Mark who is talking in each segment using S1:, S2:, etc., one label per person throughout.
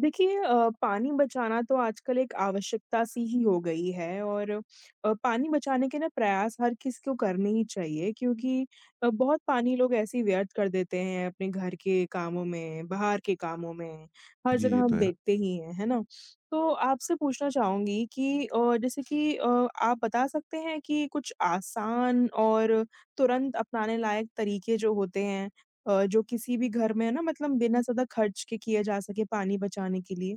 S1: देखिए पानी बचाना तो आजकल एक आवश्यकता सी ही हो गई है और पानी बचाने के ना प्रयास हर किसी को करने ही चाहिए क्योंकि बहुत पानी लोग ऐसे ही व्यर्थ कर देते हैं अपने घर के कामों में, बाहर के कामों में, हर
S2: जी,
S1: जगह
S2: ये
S1: हम
S2: तो है।
S1: देखते ही हैं, है ना? तो आपसे पूछना चाहूँगी कि जैसे कि आप बता सकते हैं कि कुछ आसान और तुरंत अपनाने लायक तरीके जो होते हैं जो किसी भी घर में है ना मतलब बिना ज़्यादा खर्च के किए जा सके पानी बचाने के लिए?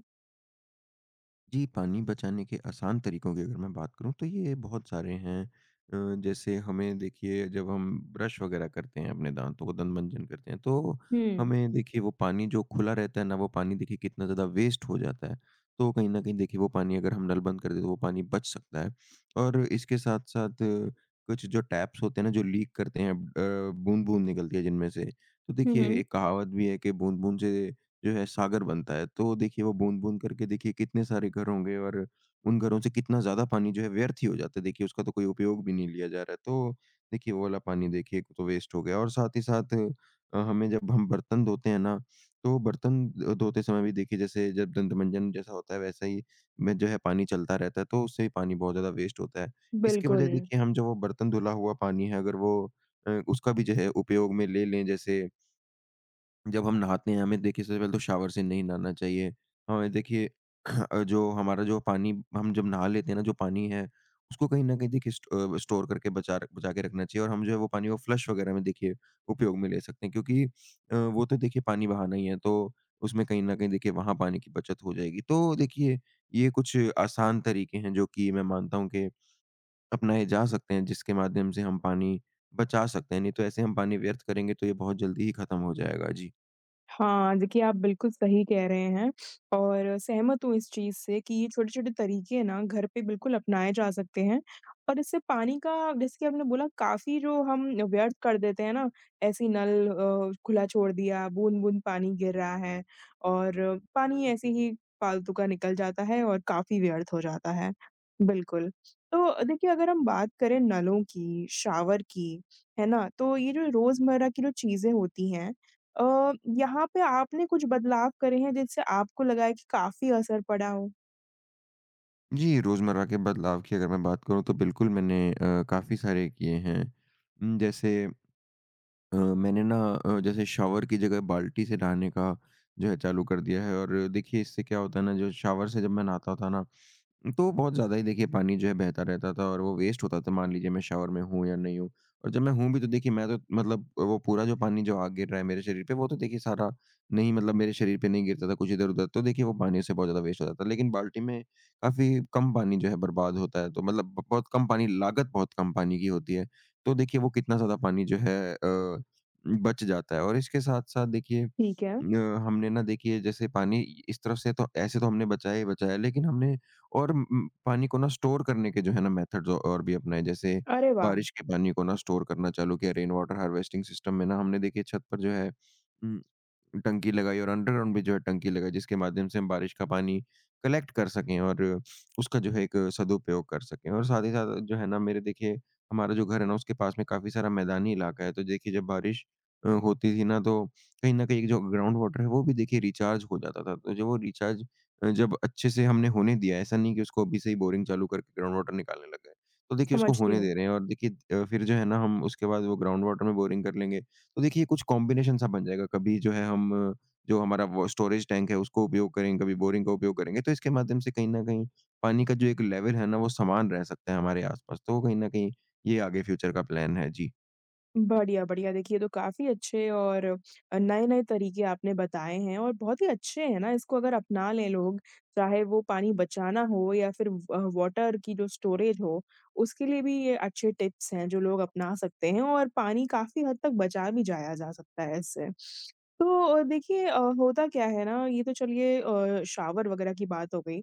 S2: जी, पानी बचाने के आसान तरीकों की अगर मैं बात करूँ तो ये बहुत सारे हैं। जैसे हमें देखिए जब हम ब्रश वगैरह करते हैं अपने दाँतों को दंत मंजन करते हैं, तो
S1: हुँ।
S2: हमें देखिए वो पानी जो खुला रहता है ना, वो पानी देखिए कितना ज़्यादा वेस्ट हो जाता है। तो कहीं न कहीं देखिए वो पानी अगर हम नल बंद कर दें, तो वो पानी बच सकता है। और इसके साथ-साथ कुछ जो टैप्स होते हैं ना, जो लीक करते हैं, बूँद-बूँद निकलती है जिनमें से। तो
S1: हुँ,
S2: देखिए
S1: हुँ।
S2: एक कहावत भी है कि बूँद-बूँद से जो है सागर बनता है। तो देखिए वो बूँद-बूँद करके देखिए कितने सारे घर होंगे, और उन घरों से कितना ज़्यादा पानी जो है व्यर्थ ही हो जाता है। देखिए उसका तो कोई उपयोग भी नहीं लिया जा रहा है। तो देखिए वो वाला पानी देखिए एक तो वेस्ट हो गया, और साथ ही साथ हमें, जब हम बर्तन धोते हैं ना, तो बर्तन धोते समय भी, देखिए जैसे जब दंतमंजन जैसा होता है वैसा ही में जो है पानी चलता रहता है, तो उससे भी पानी बहुत ज़्यादा वेस्ट होता है। इसके बजाय
S1: बिल्कुल।
S2: देखिए हम जो वो बर्तन धुला हुआ पानी है, अगर वो उसका भी जो है उपयोग में ले लें, जैसे जब हम नहाते हैं, हमें देखिए सबसे पहले तो शावर से नहीं नहाना चाहिए। हमें देखिए जो हमारा जो पानी, हम जब नहा लेते हैं ना, जो पानी है उसको कहीं न कहीं देखिए स्टोर करके बचा के रखना चाहिए, और हम जो है वो पानी को फ्लश वगैरह में देखिए उपयोग में ले सकते हैं, क्योंकि वो तो देखिए पानी बहाना ही है, तो उसमें कहीं न कहीं देखिए वहाँ पानी की बचत हो जाएगी। तो देखिए ये कुछ आसान तरीके हैं, जो कि मैं मानता हूँ कि अपनाए जा सकते हैं, जिसके माध्यम से हम पानी बचा सकते हैं। नहीं तो ऐसे हम पानी व्यर्थ करेंगे, तो ये बहुत जल्दी ही खत्म हो जाएगा। जी।
S1: हाँ, देखिए आप बिल्कुल सही कह रहे हैं और सहमत हूँ इस चीज़ से कि ये छोटे-छोटे तरीके ना घर पे बिल्कुल अपनाए जा सकते हैं और इससे पानी का जैसे कि आपने बोला काफ़ी जो हम व्यर्थ कर देते हैं ना, ऐसे ही नल खुला छोड़ दिया, बूँद-बूँद पानी गिर रहा है और पानी ऐसे ही फालतू का निकल जाता है और काफ़ी व्यर्थ हो जाता है। बिल्कुल। तो देखिए अगर हम बात करें नलों की, शावर की, है ना? तो ये जो रोज़मर्रा की जो चीज़ें होती हैं, अ, यहाँ पे आपने कुछ बदलाव करे हैं जिससे आपको लगा है कि काफ़ी असर पड़ा हो?
S2: जी, रोज़मर्रा के बदलाव की अगर मैं बात करूँ, तो बिल्कुल मैंने काफ़ी सारे किए हैं। जैसे मैंने ना जैसे शॉवर की जगह बाल्टी से नहाने का जो है चालू कर दिया है। और देखिए इससे क्या होता है ना, जो शॉवर से जब मैं नहाता था ना, तो बहुत ज़्यादा ही देखिए पानी जो है बहता रहता था, और वो वेस्ट होता था, मान लीजिए मैं शावर में हूँ या नहीं हूँ। और जब मैं हूँ भी, तो देखिए मैं तो मतलब वो पूरा जो पानी जो आ गिर रहा है मेरे शरीर पे, वो तो देखिए सारा नहीं, मतलब मेरे शरीर पे नहीं गिरता था, कुछ इधर-उधर, तो देखिए वो पानी उससे बहुत ज़्यादा वेस्ट हो जाता था। लेकिन बाल्टी में काफ़ी कम पानी जो है बर्बाद होता है, तो मतलब ब बहुत कम पानी, लागत बहुत कम पानी की होती है। तो देखिए वो कितना ज़्यादा पानी जो है बच जाता है, और इसके साथ-साथ देखिए
S1: ठीक है।
S2: हमने ना देखिए जैसे पानी इस तरफ से तो ऐसे तो हमने बचाया ही बचाया, लेकिन हमने और पानी को ना स्टोर करने के जो है ना, मेथड्स और भी अपनाए, जैसे
S1: अरे वाह!
S2: बारिश के पानी को ना स्टोर करना चालू किया। रेन वाटर हार्वेस्टिंग सिस्टम में ना, हमने देखिए छत पर जो है उम टंकी लगाई, और अंडरग्राउंड भी जो है टंकी लगाई, जिसके माध्यम से हम बारिश का पानी कलेक्ट कर सकें, और उसका जो है एक सदुपयोग कर सकें। और साथ ही साथ जो है ना, मेरे देखिए, हमारा जो घर है ना, उसके पास में काफ़ी सारा मैदानी इलाका है, तो देखिए जब बारिश होती थी ना, तो कहीं न कहीं जो ग्राउंड वाटर है, वो भी देखिए रिचार्ज हो जाता था। तो जो वो रिचार्ज जब अच्छे से हमने होने दिया, ऐसा नहीं कि उसको अभी से ही बोरिंग चालू करके ग्राउंड वाटर निकालने लग गए। तो देखिए उसको
S1: समझती
S2: होने
S1: हूँ।
S2: दे रहे हैं, और देखिए फिर जो है ना, हम उसके बाद वो ग्राउंड वाटर में बोरिंग कर लेंगे। तो देखिए कुछ कॉम्बिनेशन सा बन जाएगा। कभी जो है हम जो हमारा वो स्टोरेज टैंक है, उसको उपयोग करेंगे, कभी बोरिंग का उपयोग करेंगे। तो इसके माध्यम से कहीं न कहीं पानी का जो एक लेवल है ना, वो समान रह सकता है हमारे आस-पास। तो कहीं न कहीं ये आगे फ्यूचर का प्लान है। जी।
S1: बढ़िया, बढ़िया। देखिए, ये तो काफ़ी अच्छे और नए-नए तरीके आपने बताए हैं और बहुत ही अच्छे हैं ना, इसको अगर अपना लें लोग, चाहे वो पानी बचाना हो या फिर व वाटर की जो स्टोरेज हो, उसके लिए भी ये अच्छे टिप्स हैं जो लोग अपना सकते हैं और पानी काफ़ी हद तक बचा भी जाया जा सकता है इससे। तो देखिए होता क्या है ना, ये तो चलिए शावर वगैरह की बात हो गई,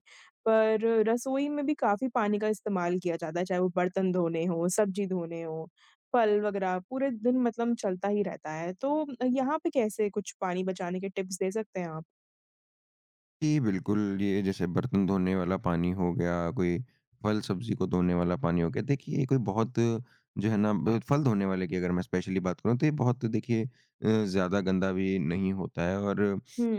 S1: पर रसोई में भी काफ़ी पानी का इस्तेमाल किया जाता है, चाहे वो बर्तन धोने हों, सब्ज़ी धोने हों, फल वगैरह पूरे दिन मतलब चलता ही रहता है, तो यहाँ पे कैसे कुछ पानी बचाने के टिप्स दे सकते हैं आप?
S2: जी, बिल्कुल, ये जैसे बर्तन धोने वाला पानी हो गया, कोई फल-सब्ज़ी को धोने वाला पानी हो गया। देखिए, ये कोई बहुत जो है ना, ब फल धोने वाले की अगर मैं स्पेशली बात करूँ, तो ये बहुत देखिए ज़्यादा गंदा भी नहीं होता है। और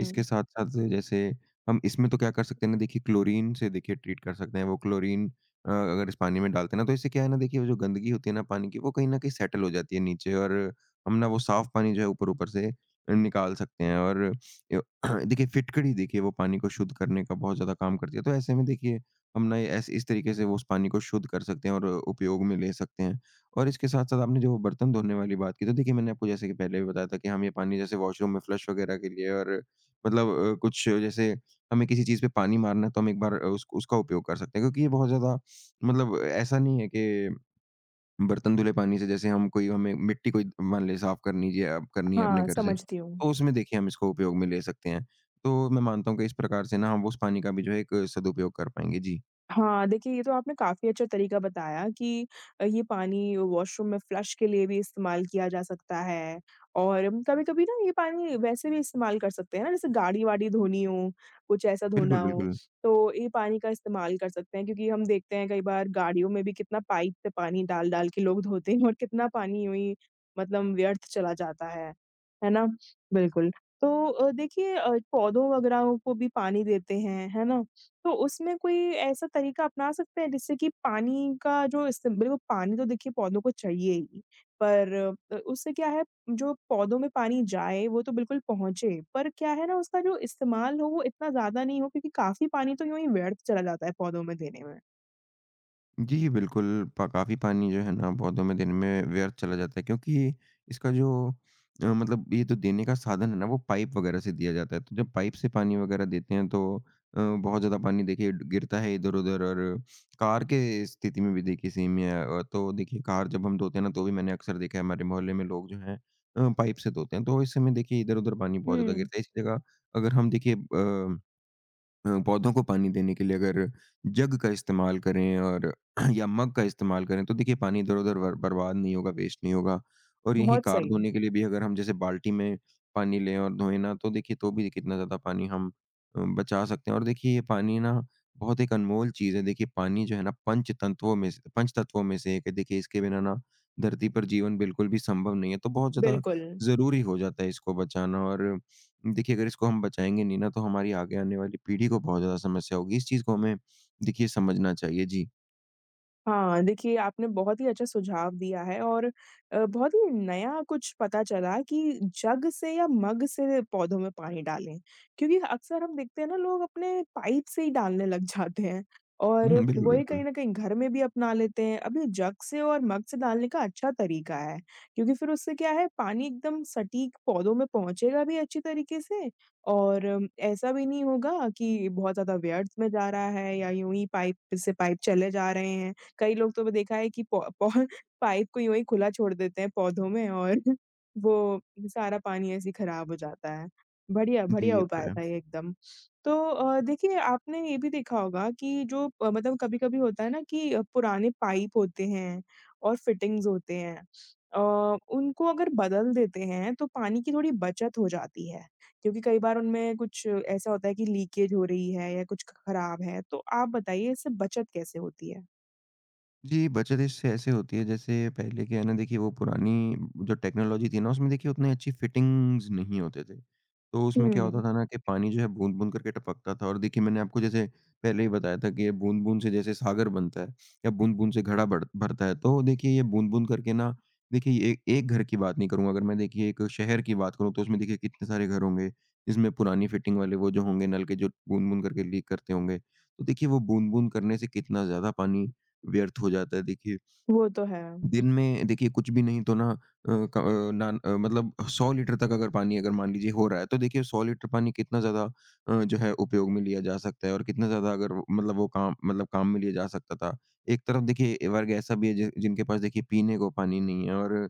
S2: इसके साथ-साथ जैसे हम इसमें तो क्या कर सकते हैं ना, देखिए क्लोरीन से देखिए ट्रीट कर सकते हैं। वो क्लोरीन अगर इस पानी में डालते हैं ना, तो इससे क्या है ना, देखिए वो जो गंदगी होती है ना पानी की, वो कहीं न कहीं सेटल हो जाती है नीचे, और हम ना वो साफ़ पानी जो है ऊपर-ऊपर से निकाल सकते हैं। और देखिए, फिटकड़ी देखिए वो पानी को शुद्ध करने का बहुत ज़्यादा काम करती है। तो ऐसे में देखिए हम ना ये ऐसे इस तरीके से वो उस पानी को शुद्ध कर सकते हैं, और उपयोग में ले सकते हैं। और इसके साथ-साथ आपने जो बर्तन धोने वाली बात की, तो देखिए मैंने आपको जैसे कि पहले भी बताया था कि हम ये पानी जैसे वॉशरूम में फ्लश वगैरह के लिए, और मतलब कुछ जैसे हमें किसी चीज़ पे पानी मारना है, तो हम एक बार उस उसका उपयोग कर सकते हैं। क्योंकि ये बहुत ज़्यादा, मतलब ऐसा नहीं है कि बर्तन धुले पानी से जैसे हम कोई, हमें मिट्टी कोई, मान ले साफ करनी जी, अब करनी है अपने
S1: हाँ,
S2: घर से,
S1: समझती हूँ।
S2: तो उसमें देखिए हम इसको उपयोग में ले सकते हैं। तो मैं मानता हूँ कि इस प्रकार से ना हम उस पानी का भी जो है एक सदुपयोग कर पाएँगे। जी।
S1: हाँ, देखिए ये तो आपने काफ़ी अच्छा तरीका बताया कि ये पानी वॉशरूम में फ्लश के लिए भी इस्तेमाल किया जा सकता है और कभी-कभी ना ये पानी वैसे भी इस्तेमाल कर सकते हैं ना, जैसे गाड़ी-वाड़ी धोनी हो, कुछ ऐसा धोना
S2: बिल्कुल,
S1: हो,
S2: बिल्कुल।
S1: तो ये पानी का इस्तेमाल कर सकते हैं क्योंकि हम देखते हैं कई बार गाड़ियों में भी कितना पाइप से पानी डाल-डाल के लोग धोते हैं और कितना पानी यूँ ही मतलब व्यर्थ चला जाता है ना? बिल्कुल। तो देखिए पौधों वगैरह को भी पानी देते हैं, है ना? तो उसमें कोई ऐसा तरीका अपना सकते हैं जिससे कि पानी का जो इस्ते बिल्कुल पानी तो देखिए पौधों को चाहिए ही, पर उससे क्या है जो पौधों में पानी जाए वो तो बिल्कुल पहुँचे, पर क्या है ना उसका जो इस्तेमाल हो वो इतना ज़्यादा नहीं हो क्योंकि काफ़ी पानी तो यूँ ही व्यर्थ चला जाता है पौधों में देने में।
S2: जी, बिल्कुल। प काफ़ी पानी जो है ना, पौधों में दिन में व्यर्थ चला जाता है, क्योंकि इसका जो मतलब ये तो देने का साधन है ना, वो पाइप वगैरह से दिया जाता है। तो जब पाइप से पानी वगैरह देते हैं, तो बहुत ज़्यादा पानी देखिए गिरता है इधर-उधर, और कार के स्थिति में भी देखिए सेम ही है। तो देखिए कार जब हम धोते हैं ना, तो भी मैंने अक्सर देखा है हमारे मोहल्ले में लोग जो हैं पाइप से धोते हैं। तो इस समय देखिए इधर-उधर पानी बहुत ज़्यादा
S1: हुँ।
S2: गिरता है। इसी जगह अगर हम देखिए पौधों को पानी देने के लिए अगर जग का इस्तेमाल करें, और या मग का इस्तेमाल करें, तो देखिए पानी इधर-उधर बर बर्बाद नहीं होगा, वेस्ट नहीं होगा। और यहीं
S1: बहुत
S2: कार
S1: सही,
S2: धोने के लिए भी अगर हम जैसे बाल्टी में पानी लें और धोएँ ना, तो देखिए तो भी कितना ज़्यादा पानी हम बचा सकते हैं। और देखिए ये पानी ना बहुत एक अनमोल चीज़ है। देखिए पानी जो है ना, पंचतत्वों में से एक है। देखिए इसके बिना ना धरती पर जीवन बिल्कुल भी संभव नहीं है, तो बहुत ज़्यादा
S1: बिल्कुल।
S2: ज़रूरी हो जाता है इसको बचाना। और देखिए अगर इसको हम बचाएँगे नहीं ना, तो हमारी आगे आने वाली पीढ़ी को बहुत ज़्यादा समस्या होगी। इस चीज़ को हमें देखिए समझना चाहिए। जी।
S1: हाँ, देखिए आपने बहुत ही अच्छा सुझाव दिया है और बहुत ही नया कुछ पता चला कि जग से या मग से पौधों में पानी डालें। क्योंकि अक्सर हम देखते हैं ना लोग अपने पाइप से ही डालने लग जाते हैं और
S2: हुँ, बिल्कुल,
S1: वही कहीं
S2: बिल्कुल।
S1: न कहीं घर में भी अपना लेते हैं। अब ये जग से और मग से डालने का अच्छा तरीका है, क्योंकि फिर उससे क्या है पानी एकदम सटीक पौधों में पहुँचेगा भी अच्छी तरीके से और ऐसा भी नहीं होगा कि बहुत ज़्यादा व्यर्थ में जा रहा है या यूँ ही पाइप से पाइप चले जा रहे हैं। कई लोग तो देखा है कि पौ पौ पाइप को यूँ ही खुला छोड़ देते हैं पौधों में और वो सारा पानी ऐसे ही खराब हो जाता है। बढ़िया,
S2: जी,
S1: बढ़िया
S2: ये तो
S1: उपाय
S2: है।
S1: था ये एकदम। तो देखिए आपने ये भी देखा होगा कि जो मतलब कभी-कभी होता है ना कि पुराने पाइप होते हैं और फिटिंग्स होते हैं। उनको अगर बदल देते हैं तो पानी की थोड़ी बचत हो जाती है, क्योंकि कई बार उनमें कुछ ऐसा होता है कि लीकेज हो रही है या कुछ ख़राब है। तो आप बताइए इससे बचत कैसे होती है?
S2: जी, बचत इससे ऐसे होती है, जैसे पहले क्या है ना, देखिए वो पुरानी जो टेक्नोलॉज़ी थी ना, उसमें देखिए उतनी अच्छी फिटिंग्स नहीं होते थे। तो उसमें क्या
S1: हुँ,
S2: होता था ना, कि पानी जो है बूँद-बूँद करके टपकता था, और देखिए मैंने आपको जैसे पहले ही बताया था कि ये बूँद-बूँद से जैसे सागर बनता है, या बूँद-बूँद से घड़ा बढ़ भरता है। तो देखिए ये बूँद-बूँद करके ना, देखिए ये एक एक घर की बात नहीं करूँगा, अगर मैं देखिए एक शहर की बात करूँ, तो उसमें देखिए कितने सारे घर होंगे, जिसमें पुरानी फिटिंग वाले वो जो होंगे नल के, जो बूँद-बूँद करके लीक करते होंगे। तो देखिए वो बूँद-बूँद करने से कितना ज़्यादा पानी व्यर्थ हो जाता है। देखिए,
S1: वो तो है।
S2: दिन में देखिए कुछ भी नहीं तो ना, अ, क अ, नान अ, मतलब 100 लीटर तक अगर पानी, अगर मान लीजिए हो रहा है, तो देखिए 100 लीटर पानी कितना ज़्यादा जो है उपयोग में लिया जा सकता है, और कितना ज़्यादा अगर मतलब वो काम, मतलब काम में लिया जा सकता था। एक तरफ देखिए वर्ग ऐसा भी है, जि जिनके पास देखिए पीने को पानी नहीं है, और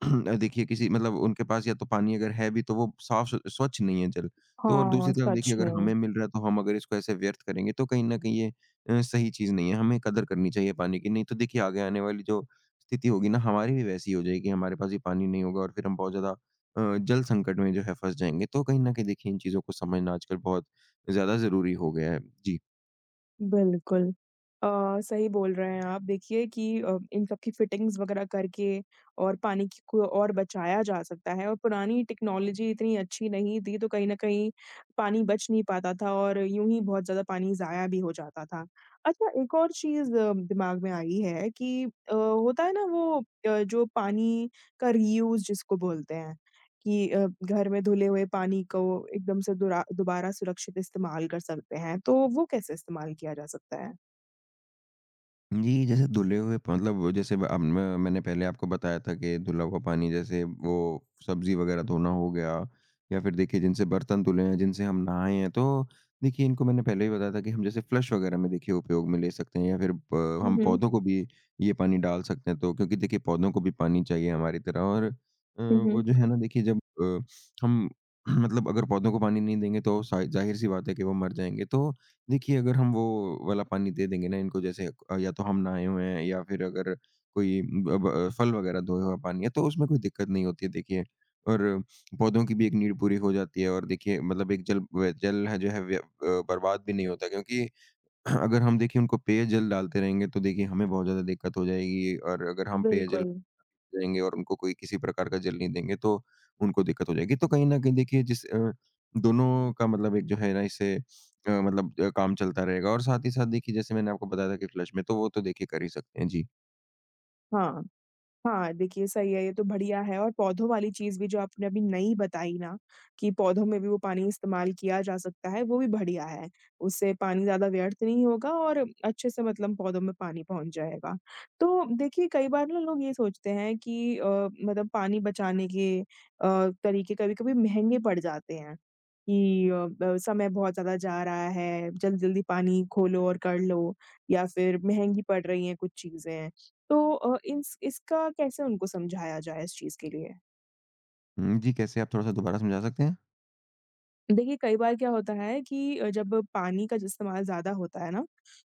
S2: देखिए किसी, मतलब उनके पास या तो पानी अगर है भी, तो वो साफ, स्वच्छ नहीं है जल। तो और
S1: हाँ,
S2: दूसरी तरफ
S1: सच
S2: देखिए अगर
S1: में,
S2: हमें मिल रहा है, तो हम अगर इसको ऐसे व्यर्थ करेंगे, तो कहीं न कहीं ये सही चीज़ नहीं है। हमें कदर करनी चाहिए पानी की, नहीं तो देखिए आगे आने वाली जो स्थिति होगी ना, हमारी भी वैसी हो जाएगी, हमारे पास भी पानी नहीं होगा और फिर हम बहुत ज़्यादा जल संकट में जो है फँस जाएँगे। तो कहीं न कहीं देखिए इन चीज़ों को समझना आजकल बहुत ज़्यादा ज़रूरी हो गया है। जी।
S1: बिल्कुल। सही बोल रहे हैं आप। देखिए कि इन सब की फिटिंग्स वगैरह करके और पानी की को और बचाया जा सकता है और पुरानी टेक्नोलॉजी इतनी अच्छी नहीं थी, तो कहीं न कहीं पानी बच नहीं पाता था और यूँ ही बहुत ज़्यादा पानी ज़ाया भी हो जाता था। अच्छा, एक और चीज़ दिमाग में आई है कि होता है ना वो जो पानी का रीयूज़ जिसको बोलते हैं, कि घर में धुले हुए पानी को एकदम से दुरा दोबारा सुरक्षित इस्तेमाल कर सकते हैं, तो वो कैसे इस्तेमाल किया जा सकता है?
S2: जी, जैसे धुले हुए प मतलब वो जैसे अब मैंने पहले आपको बताया था कि धुला हुआ पानी, जैसे वो सब्ज़ी वग़ैरह धोना हो गया, या फिर देखिए जिनसे बर्तन धुले हैं, जिनसे हम नहाए हैं, तो देखिए इनको मैंने पहले ही बताया था कि हम जैसे फ्लश वग़ैरह में देखिए उपयोग में ले सकते हैं, या फिर प
S1: हुँ,
S2: हम
S1: हुँ।
S2: पौधों को भी ये पानी डाल सकते हैं। तो क्योंकि देखिए पौधों को भी पानी चाहिए हमारी तरह। और
S1: हुँ,
S2: वो
S1: हुँ।
S2: जो है ना, देखिए जब हम मतलब अगर पौधों को पानी नहीं देंगे, तो सा ज़ाहिर-सी बात है कि वो मर जाएँगे। तो देखिए, अगर हम वो वाला पानी दे देंगे ना इनको, जैसे या तो हम नहाए हुए हैं, या फिर अगर कोई ब ब फल वगैरह धोया हुआ पानी है, तो उसमें कोई दिक्कत नहीं होती है देखिए। और पौधों की भी एक नीड पूरी हो जाती है, और देखिए मतलब एक जल है जो है बर्बाद भी नहीं होता, क्योंकि अगर हम देखिए उनको पेयजल डालते रहेंगे तो देखिए हमें बहुत ज़्यादा दिक्कत हो जाएगी, और अगर हम पेयजल
S1: बिल्कुल।
S2: जाएँगे और उनको कोई किसी प्रकार का जल नहीं देंगे, तो उनको दिक्कत हो जाएगी। तो कहीं न कहीं देखिए दोनों का मतलब एक जो है ना, इससे मतलब काम चलता रहेगा, और साथ ही साथ देखिए जैसे मैंने आपको बताया था कि फ्लश में तो वो तो देखिए कर ही सकते हैं। जी।
S1: हाँ। हाँ, देखिए सही है, ये तो बढ़िया है और पौधों वाली चीज़ भी जो आपने अभी नई बताई ना, कि पौधों में भी वो पानी इस्तेमाल किया जा सकता है, वो भी बढ़िया है। उससे पानी ज़्यादा व्यर्थ नहीं होगा और अच्छे से मतलब पौधों में पानी पहुँच जाएगा। तो देखिए, कई बार ना लोग ये सोचते हैं कि मतलब पानी बचाने के तरीके कभी-कभी महँगे पड़ जाते हैं, कि समय बहुत ज़्यादा जा रहा है, जल्दी-जल्दी पानी खोलो और कर लो या फिर महँगी पड़ रही हैं कुछ चीज़ें। तो इंस इसका कैसे उनको समझाया जाए इस चीज़ के लिए?
S2: हुँ, जी, कैसे आप थोड़ा-सा दोबारा समझा सकते हैं?
S1: देखिए, कई बार क्या होता है कि जब पानी का इस्तेमाल ज़्यादा होता है ना,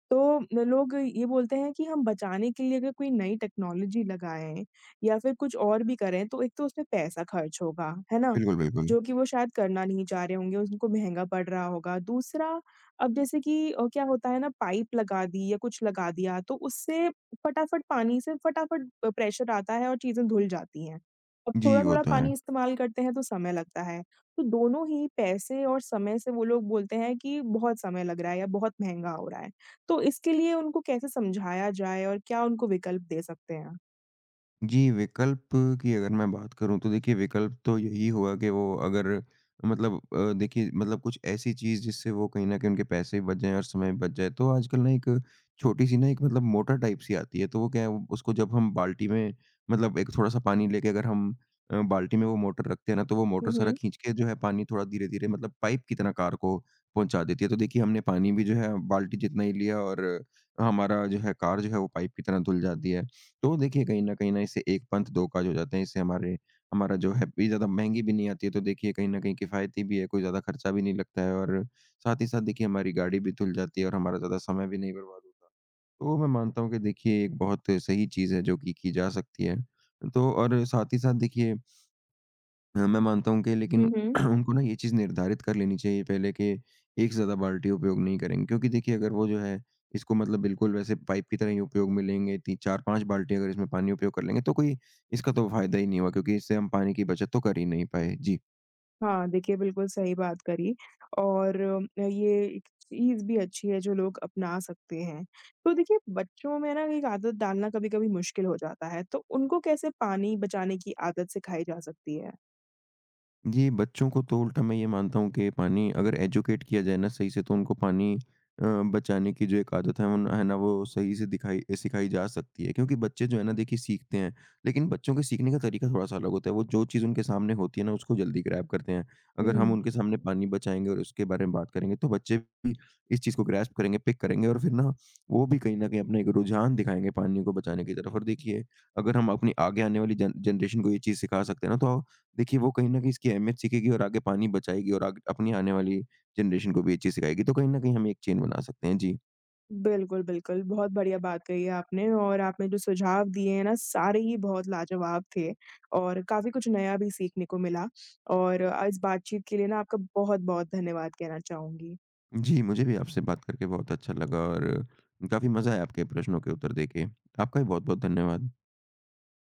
S1: तो न लोग ये बोलते हैं कि हम बचाने के लिए अगर कोई नई टेक्नोलॉजी लगाएँ या फिर कुछ और भी करें, तो एक तो उसमें पैसा खर्च होगा, है ना?
S2: बिल्कुल, बिल्कुल।
S1: जो कि वो शायद करना नहीं चाह रहे होंगे, उनको महँगा पड़ रहा होगा। दूसरा, अब जैसे कि क्या होता है ना, पाइप लगा दी या कुछ लगा दिया, तो उससे फटाफट पानी से फटाफट प्रेशर आता है और चीज़ें धुल जाती हैं। अब
S2: जी, वो
S1: थोड़ा-थोड़ा
S2: तो
S1: पानी
S2: है।
S1: इस्तेमाल करते हैं, तो समय लगता है। तो दोनों ही पैसे और समय से वो लोग बोलते हैं कि बहुत समय लग रहा है या बहुत महँगा हो रहा है। तो इसके लिए उनको कैसे समझाया जाए और क्या उनको विकल्प दे सकते हैं आप?
S2: जी, विकल्प की अगर मैं बात करूँ, तो देखिए विकल्प तो यही हुआ कि वो अगर मतलब देखिए मतलब कुछ ऐसी चीज़ जिससे वो कहीं न कहीं उनके पैसे भी बच जाएँ और समय भी बच जाए। तो आजकल ना एक छोटी-सी ना एक मतलब मोटर टाइप सी आती है, तो वो क्या है, उसको जब हम बाल्टी में मतलब एक थोड़ा-सा पानी लेके अगर हम बाल्टी में वो मोटर रखते हैं ना, तो वो
S1: हुँ,
S2: मोटर सारा
S1: हुँ।
S2: खींच के जो है पानी थोड़ा धीरे-धीरे मतलब पाइप की तरह कार को पहुँचा देती है। तो देखिए हमने पानी भी जो है बाल्टी जितना ही लिया, और हमारा जो है कार जो है वो पाइप की तरह धुल जाती है। तो देखिए कहीं न कहीं ना इससे एक पंथ दो काज हो जाते हैं। इससे हमारे हमारा जो है भी ज़्यादा महँगी भी नहीं आती है। तो देखिए कहीं न कहीं किफ़ायती भी है, कोई ज़्यादा खर्चा भी नहीं लगता है, और साथ ही साथ देखिए हमारी गाड़ी भी धुल जाती है और हमारा ज़्यादा समय भी नहीं बर्बाद होता। तो मैं मानता हूँ कि देखिए एक बहुत सही चीज़ है जो कि की जा सकती है। तो और साथ ही साथ देखिए मैं मानता हूँ कि
S1: हुँ,
S2: लेकिन
S1: हुँ।
S2: उनको ना ये चीज़ निर्धारित कर लेनी चाहिए पहले कि एक से ज़्यादा बाल्टी उपयोग नहीं करेंगे। क्योंकि देखिए अगर वो जो है इसको मतलब बिल्कुल वैसे पाइप की तरह ही उपयोग में लेंगे, ती 4-5 बाल्टी अगर इसमें पानी उपयोग कर लेंगे, तो कोई इसका तो फ़ायदा ही नहीं हुआ, क्योंकि इससे हम पानी की बचत तो कर ही नहीं पाए। जी।
S1: हाँ, देखिए बिल्कुल सही बात करी और ये एक चीज़ भी अच्छी है जो लोग अपना सकते हैं। तो देखिए बच्चों में ना एक आदत डालना कभी-कभी मुश्किल हो जाता है, तो उनको कैसे पानी बचाने की आदत सिखाई जा सकती है?
S2: जी, बच्चों को तो उल्टा मैं ये मानता हूँ कि पानी अगर एजुकेट किया जाए ना सही से, तो उनको पानी अ, बचाने की जो एक आदत है उन है ना, वो सही से दिखाई सिखाई जा सकती है। क्योंकि बच्चे जो है ना देखिए सीखते हैं, लेकिन बच्चों के सीखने का तरीका थोड़ा-सा अलग होता है। वो जो चीज़ उनके सामने होती है ना, उसको जल्दी ग्रैब करते हैं। अगर हम
S1: हुँ।
S2: उनके सामने पानी बचाएँगे और उसके बारे में बात करेंगे, तो बच्चे भी इस चीज़ को ग्रैस्प करेंगे, पिक करेंगे, और फिर ना वो भी कहीं न कहीं अपना एक रुझान दिखाएँगे पानी को बचाने की तरफ। और देखिए अगर हम अपनी आगे आने वाली जन जनरेशन को ये चीज़ सिखा सकते हैं ना, तो देखिए, वो कहीं न कहीं इसकी अहमियत सीखेगी और आगे पानी बचाएगी, और आग अपनी आने वाली जनरेशन को भी ये चीज़ सिखाएगी। तो कहीं न कहीं हम एक चेन बना सकते हैं। जी।
S1: बिल्कुल, बिल्कुल। बहुत बढ़िया बात कही है आपने और आपने जो सुझाव दिए हैं ना, सारे ही बहुत लाजवाब थे और काफ़ी कुछ नया भी सीखने को मिला और इस बातचीत के लिए ना आपका बहुत-बहुत धन्यवाद कहना चाहूँगी।
S2: जी, मुझे भी आपसे बात करके बहुत अच्छा लगा, और काफ़ी मज़ा आया आपके प्रश्नों के उत्तर देके। आपका भी बहुत-बहुत धन्यवाद।